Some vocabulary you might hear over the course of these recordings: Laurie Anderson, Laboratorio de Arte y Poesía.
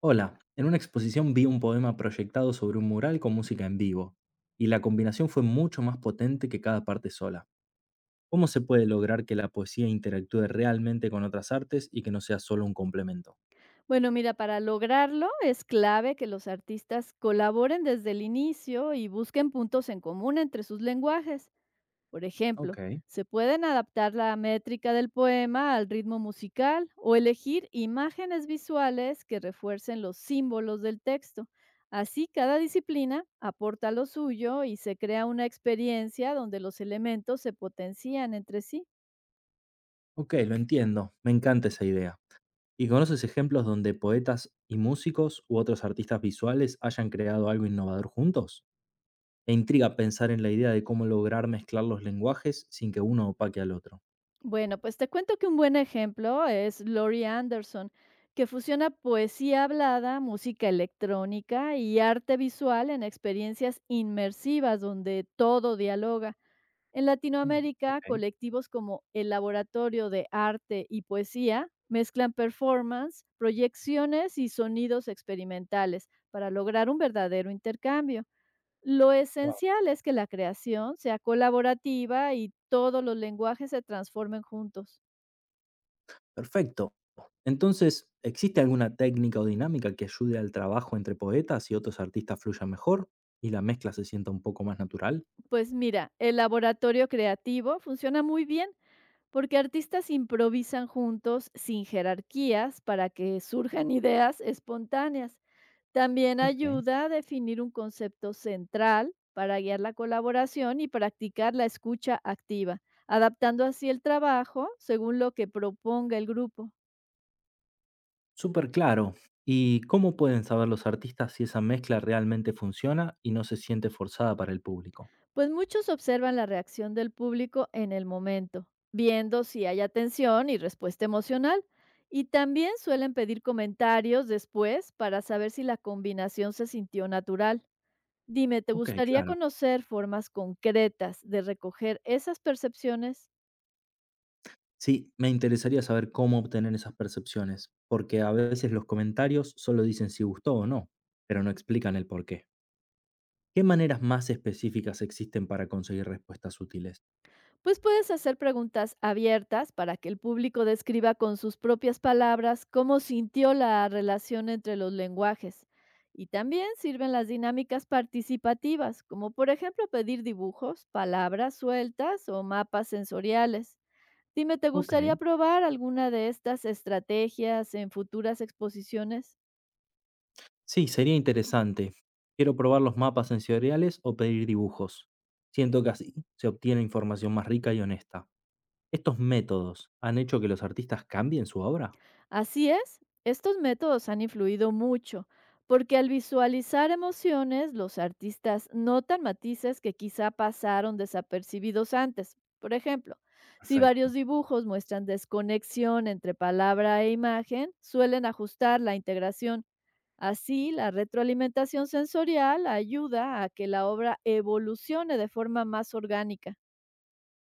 Hola, en una exposición vi un poema proyectado sobre un mural con música en vivo, y la combinación fue mucho más potente que cada parte sola. ¿Cómo se puede lograr que la poesía interactúe realmente con otras artes y que no sea solo un complemento? Bueno, mira, para lograrlo es clave que los artistas colaboren desde el inicio y busquen puntos en común entre sus lenguajes. Por Ok, ejemplo, se pueden adaptar la métrica del poema al ritmo musical o elegir imágenes visuales que refuercen los símbolos del texto. Así, cada disciplina aporta lo suyo y se crea una experiencia donde los elementos se potencian entre sí. ok, lo entiendo, me encanta esa idea. ¿Y conoces ejemplos donde poetas y músicos u otros artistas visuales hayan creado algo innovador juntos? Me intriga pensar en la idea de cómo lograr mezclar los lenguajes sin que uno opaque al otro. Bueno, pues te cuento que un buen ejemplo es Laurie Anderson, que fusiona poesía hablada, música electrónica y arte visual en experiencias inmersivas donde todo dialoga. En Mm, Latinoamérica, ok. colectivos como el Laboratorio de Arte y Poesía mezclan performance, proyecciones y sonidos experimentales para lograr un verdadero intercambio. Lo esencial es que la creación sea colaborativa y todos los lenguajes se transformen juntos. Perfecto. Entonces, ¿existe alguna técnica o dinámica que ayude al trabajo entre poetas y otros artistas fluya mejor y la mezcla se sienta un poco más natural? Pues mira, el laboratorio creativo funciona muy bien porque artistas improvisan juntos sin jerarquías para que surjan ideas espontáneas. También Ok. ayuda a definir un concepto central para guiar la colaboración y practicar la escucha activa, adaptando así el trabajo según lo que proponga el grupo. Súper claro. ¿Y cómo pueden saber los artistas si esa mezcla realmente funciona y no se siente forzada para el público? Pues muchos observan la reacción del público en el momento, viendo si hay atención y respuesta emocional. Y también suelen pedir comentarios después para saber si la combinación se sintió natural. Dime, ¿te Ok, gustaría claro. conocer formas concretas de recoger esas percepciones? Sí, me interesaría saber cómo obtener esas percepciones, porque a veces los comentarios solo dicen si gustó o no, pero no explican el por qué. ¿Qué maneras más específicas existen para conseguir respuestas útiles? Pues puedes hacer preguntas abiertas para que el público describa con sus propias palabras cómo sintió la relación entre los lenguajes. Y también sirven las dinámicas participativas, como por ejemplo pedir dibujos, palabras sueltas o mapas sensoriales. Dime, ¿te gustaría Ok. probar alguna de estas estrategias en futuras exposiciones? Sí, sería interesante. Quiero probar los mapas sensoriales o pedir dibujos. Siento que así se obtiene información más rica y honesta. ¿Estos métodos han hecho que los artistas cambien su obra? Así es, estos métodos han influido mucho, porque al visualizar emociones, los artistas notan matices que quizá pasaron desapercibidos antes. Por ejemplo, si varios Perfecto. dibujos muestran desconexión entre palabra e imagen, suelen ajustar la integración. Así, la retroalimentación sensorial ayuda a que la obra evolucione de forma más orgánica.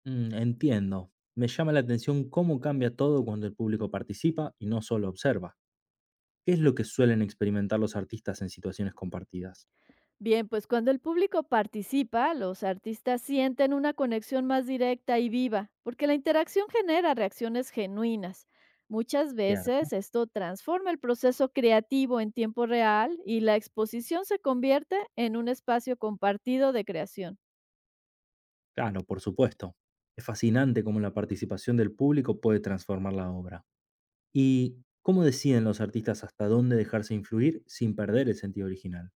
Mm, entiendo. Me llama la atención cómo cambia todo cuando el público participa y no solo observa. ¿Qué es lo que suelen experimentar los artistas en situaciones compartidas? Bien, pues cuando el público participa, los artistas sienten una conexión más directa y viva, porque la interacción genera reacciones genuinas. Muchas Cierto. veces esto transforma el proceso creativo en tiempo real y la exposición se convierte en un espacio compartido de creación. Claro, por supuesto. Es fascinante cómo la participación del público puede transformar la obra. ¿Y cómo deciden los artistas hasta dónde dejarse influir sin perder el sentido original?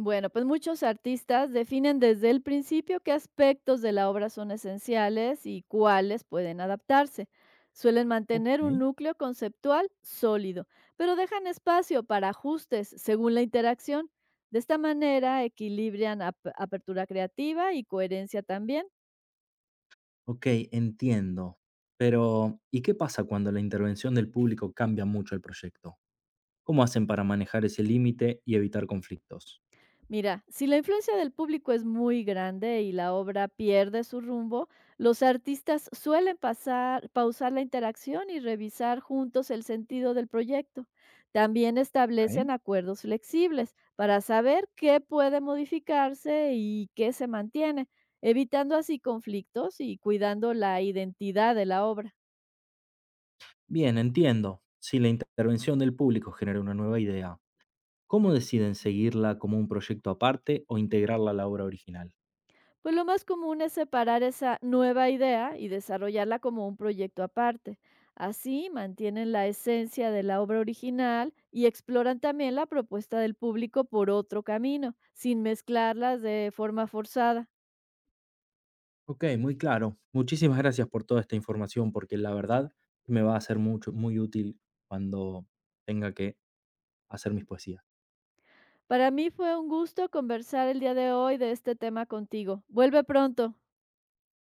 Bueno, pues muchos artistas definen desde el principio qué aspectos de la obra son esenciales y cuáles pueden adaptarse. Suelen Ok. mantener un núcleo conceptual sólido, pero dejan espacio para ajustes según la interacción. De esta manera equilibran apertura creativa y coherencia también. Ok, entiendo. Pero, ¿y qué pasa cuando la intervención del público cambia mucho el proyecto? ¿Cómo hacen para manejar ese límite y evitar conflictos? Mira, si la influencia del público es muy grande y la obra pierde su rumbo, los artistas suelen pasar, pausar la interacción y revisar juntos el sentido del proyecto. También Ok. establecen acuerdos flexibles para saber qué puede modificarse y qué se mantiene, evitando así conflictos y cuidando la identidad de la obra. Bien, entiendo. Si la intervención del público genera una nueva idea, ¿cómo deciden seguirla como un proyecto aparte o integrarla a la obra original? Pues lo más común es separar esa nueva idea y desarrollarla como un proyecto aparte. Así mantienen la esencia de la obra original y exploran también la propuesta del público por otro camino, sin mezclarlas de forma forzada. Ok, muy claro. Muchísimas gracias por toda esta información, porque la verdad me va a ser mucho, muy útil cuando tenga que hacer mis poesías. Para mí fue un gusto conversar el día de hoy de este tema contigo. Vuelve pronto.